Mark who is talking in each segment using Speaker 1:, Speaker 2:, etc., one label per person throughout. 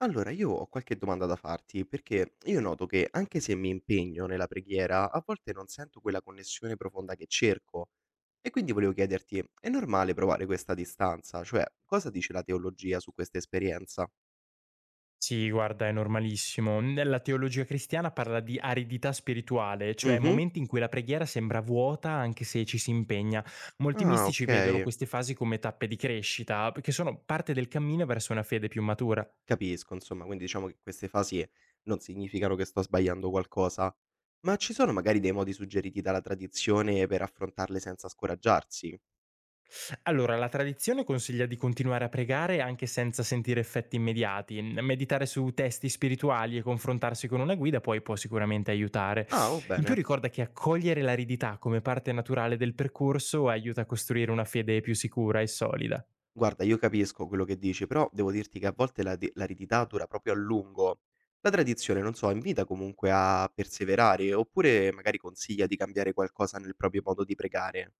Speaker 1: Allora, io ho qualche domanda da farti, perché io noto che anche se mi impegno nella preghiera, a volte non sento quella connessione profonda che cerco. E quindi volevo chiederti, è normale provare questa distanza? Cioè, cosa dice la teologia su questa esperienza?
Speaker 2: Sì, guarda, è normalissimo. Nella teologia cristiana parla di aridità spirituale, cioè
Speaker 1: Mhm.
Speaker 2: momenti in cui la preghiera sembra vuota anche se ci si impegna. Molti
Speaker 1: Ah,
Speaker 2: mistici
Speaker 1: ok.
Speaker 2: vedono queste fasi come tappe di crescita, che sono parte del cammino verso una fede più matura.
Speaker 1: Capisco, insomma, quindi diciamo che queste fasi non significano che sto sbagliando qualcosa. Ma ci sono magari dei modi suggeriti dalla tradizione per affrontarle senza scoraggiarsi?
Speaker 2: Allora, la tradizione consiglia di continuare a pregare anche senza sentire effetti immediati. Meditare su testi spirituali e confrontarsi con una guida poi può sicuramente aiutare.
Speaker 1: Ah, va
Speaker 2: In più
Speaker 1: bene.
Speaker 2: ricorda che accogliere l'aridità come parte naturale del percorso aiuta a costruire una fede più sicura e solida.
Speaker 1: Guarda, io capisco quello che dici, però devo dirti che a volte la de l'aridità dura proprio a lungo. La tradizione, non so, invita comunque a perseverare, oppure magari consiglia di cambiare qualcosa nel proprio modo di pregare.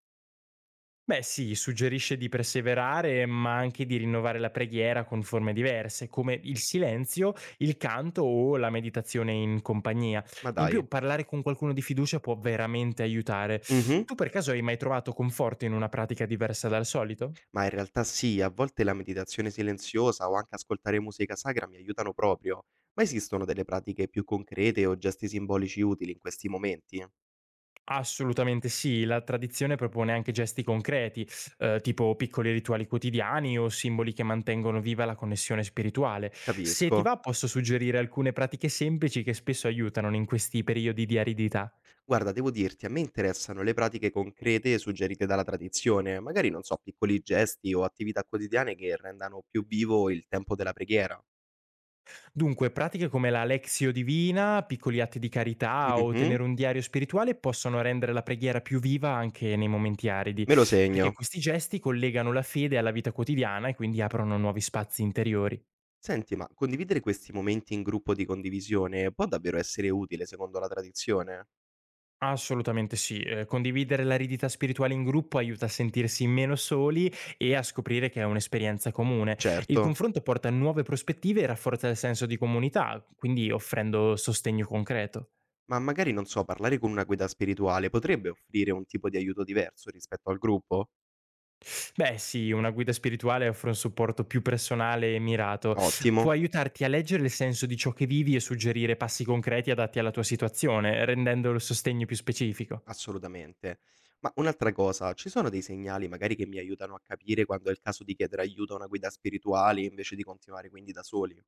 Speaker 2: Beh sì, suggerisce di perseverare, ma anche di rinnovare la preghiera con forme diverse, come il silenzio, il canto o la meditazione in compagnia.
Speaker 1: Ma
Speaker 2: In
Speaker 1: dai.
Speaker 2: più, parlare con qualcuno di fiducia può veramente aiutare.
Speaker 1: Mh-mh.
Speaker 2: Tu per caso hai mai trovato conforto in una pratica diversa dal solito?
Speaker 1: Ma in realtà sì, a volte la meditazione silenziosa o anche ascoltare musica sacra mi aiutano proprio, ma esistono delle pratiche più concrete o gesti simbolici utili in questi momenti?
Speaker 2: Assolutamente sì, la tradizione propone anche gesti concreti, tipo piccoli rituali quotidiani o simboli che mantengono viva la connessione spirituale. Se ti
Speaker 1: Capisco.
Speaker 2: va, posso suggerire alcune pratiche semplici che spesso aiutano in questi periodi di aridità.
Speaker 1: Guarda, devo dirti, a me interessano le pratiche concrete suggerite dalla tradizione, magari non so, piccoli gesti o attività quotidiane che rendano più vivo il tempo della preghiera.
Speaker 2: Dunque, pratiche come la lexio divina, piccoli atti di carità o
Speaker 1: Mhm,
Speaker 2: tenere un diario spirituale possono rendere la preghiera più viva anche nei momenti aridi,
Speaker 1: me lo
Speaker 2: perché
Speaker 1: segno.
Speaker 2: questi gesti collegano la fede alla vita quotidiana e quindi aprono nuovi spazi interiori.
Speaker 1: Senti, ma condividere questi momenti in gruppo di condivisione può davvero essere utile secondo la tradizione?
Speaker 2: Assolutamente sì, condividere l'aridità spirituale in gruppo aiuta a sentirsi meno soli e a scoprire che è un'esperienza comune. Il
Speaker 1: Certo,
Speaker 2: confronto porta a nuove prospettive e rafforza il senso di comunità, quindi offrendo sostegno concreto.
Speaker 1: ma magari non so, parlare con una guida spirituale potrebbe offrire un tipo di aiuto diverso rispetto al gruppo?
Speaker 2: Beh sì, una guida spirituale offre un supporto più personale e mirato. Può
Speaker 1: Ottimo.
Speaker 2: aiutarti a leggere il senso di ciò che vivi e suggerire passi concreti adatti alla tua situazione, rendendo il sostegno più specifico.
Speaker 1: Assolutamente. Ma un'altra cosa, ci sono dei segnali magari che mi aiutano a capire quando è il caso di chiedere aiuto a una guida spirituale invece di continuare quindi da soli?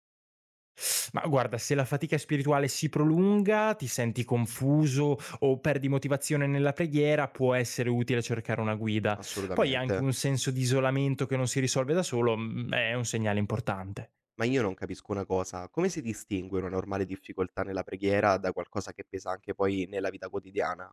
Speaker 2: Ma guarda, se la fatica spirituale si prolunga, ti senti confuso o perdi motivazione nella preghiera, può essere utile cercare una guida. Poi anche
Speaker 1: Assolutamente.
Speaker 2: un senso di isolamento che non si risolve da solo, è un segnale importante.
Speaker 1: Ma io non capisco una cosa, come si distingue una normale difficoltà nella preghiera da qualcosa che pesa anche poi nella vita quotidiana?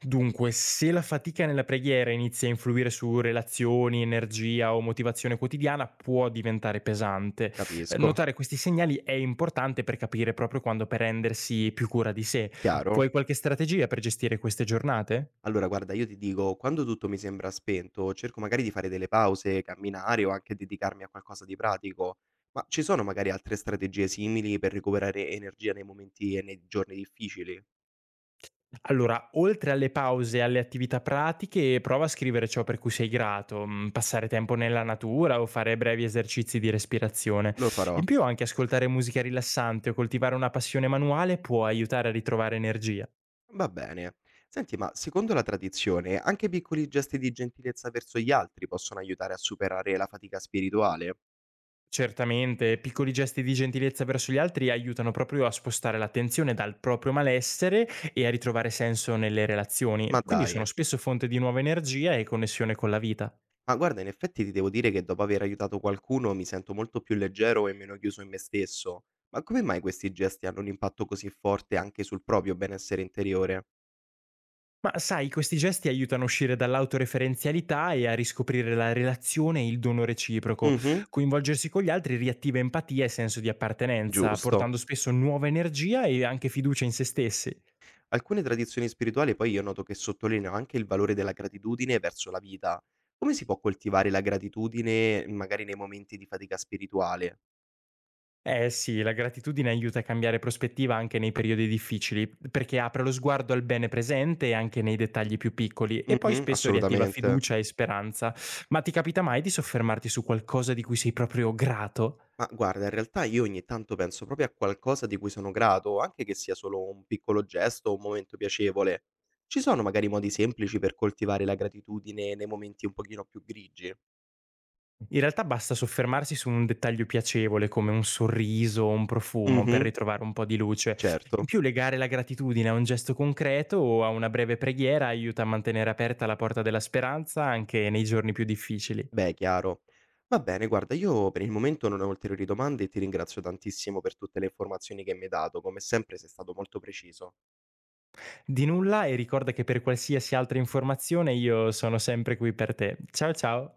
Speaker 2: Dunque, se la fatica nella preghiera inizia a influire su relazioni, energia o motivazione quotidiana, può diventare pesante.
Speaker 1: Capisco.
Speaker 2: Notare questi segnali è importante per capire proprio quando prendersi più cura di sé.
Speaker 1: Chiaro?
Speaker 2: Vuoi qualche strategia per gestire queste giornate?
Speaker 1: Allora, guarda, io ti dico, quando tutto mi sembra spento, cerco magari di fare delle pause, camminare o anche dedicarmi a qualcosa di pratico, ma ci sono magari altre strategie simili per recuperare energia nei momenti e nei giorni difficili?
Speaker 2: Allora, oltre alle pause e alle attività pratiche, prova a scrivere ciò per cui sei grato, passare tempo nella natura o fare brevi esercizi di respirazione.
Speaker 1: Lo farò.
Speaker 2: In più, anche ascoltare musica rilassante o coltivare una passione manuale può aiutare a ritrovare energia.
Speaker 1: Va bene. Senti, ma secondo la tradizione, anche piccoli gesti di gentilezza verso gli altri possono aiutare a superare la fatica spirituale?
Speaker 2: Certamente, piccoli gesti di gentilezza verso gli altri aiutano proprio a spostare l'attenzione dal proprio malessere e a ritrovare senso nelle
Speaker 1: Ma
Speaker 2: relazioni, quindi sono
Speaker 1: dai.
Speaker 2: spesso fonte di nuova energia e connessione con la vita.
Speaker 1: Ma guarda, in effetti ti devo dire che dopo aver aiutato qualcuno mi sento molto più leggero e meno chiuso in me stesso. Ma come mai questi gesti hanno un impatto così forte anche sul proprio benessere interiore?
Speaker 2: Ma sai, questi gesti aiutano a uscire dall'autoreferenzialità e a riscoprire la relazione e il dono reciproco.
Speaker 1: Mhm,
Speaker 2: Coinvolgersi con gli altri riattiva empatia e senso di appartenenza,
Speaker 1: giusto.
Speaker 2: portando spesso nuova energia e anche fiducia in se stessi.
Speaker 1: Alcune tradizioni spirituali poi io noto che sottolineano anche il valore della gratitudine verso la vita. Come si può coltivare la gratitudine magari nei momenti di fatica spirituale?
Speaker 2: Eh sì, la gratitudine aiuta a cambiare prospettiva anche nei periodi difficili, perché apre lo sguardo al bene presente e anche nei dettagli più piccoli, e poi
Speaker 1: Mhm,
Speaker 2: spesso riattiva
Speaker 1: assolutamente.
Speaker 2: fiducia e speranza. Ma ti capita mai di soffermarti su qualcosa di cui sei proprio grato?
Speaker 1: Ma guarda, in realtà io ogni tanto penso proprio a qualcosa di cui sono grato, anche che sia solo un piccolo gesto o un momento piacevole. Ci sono magari modi semplici per coltivare la gratitudine nei momenti un pochino più grigi?
Speaker 2: In realtà basta soffermarsi su un dettaglio piacevole come un sorriso o un profumo per
Speaker 1: Mhm,
Speaker 2: ritrovare un po' di luce. In
Speaker 1: certo.
Speaker 2: più legare la gratitudine a un gesto concreto o a una breve preghiera aiuta a mantenere aperta la porta della speranza anche nei giorni più difficili.
Speaker 1: Beh, chiaro. Va bene, guarda, io per il momento non ho ulteriori domande e ti ringrazio tantissimo per tutte le informazioni che mi hai dato. Come sempre sei stato molto preciso.
Speaker 2: Di nulla e ricorda che per qualsiasi altra informazione io sono sempre qui per te. Ciao ciao!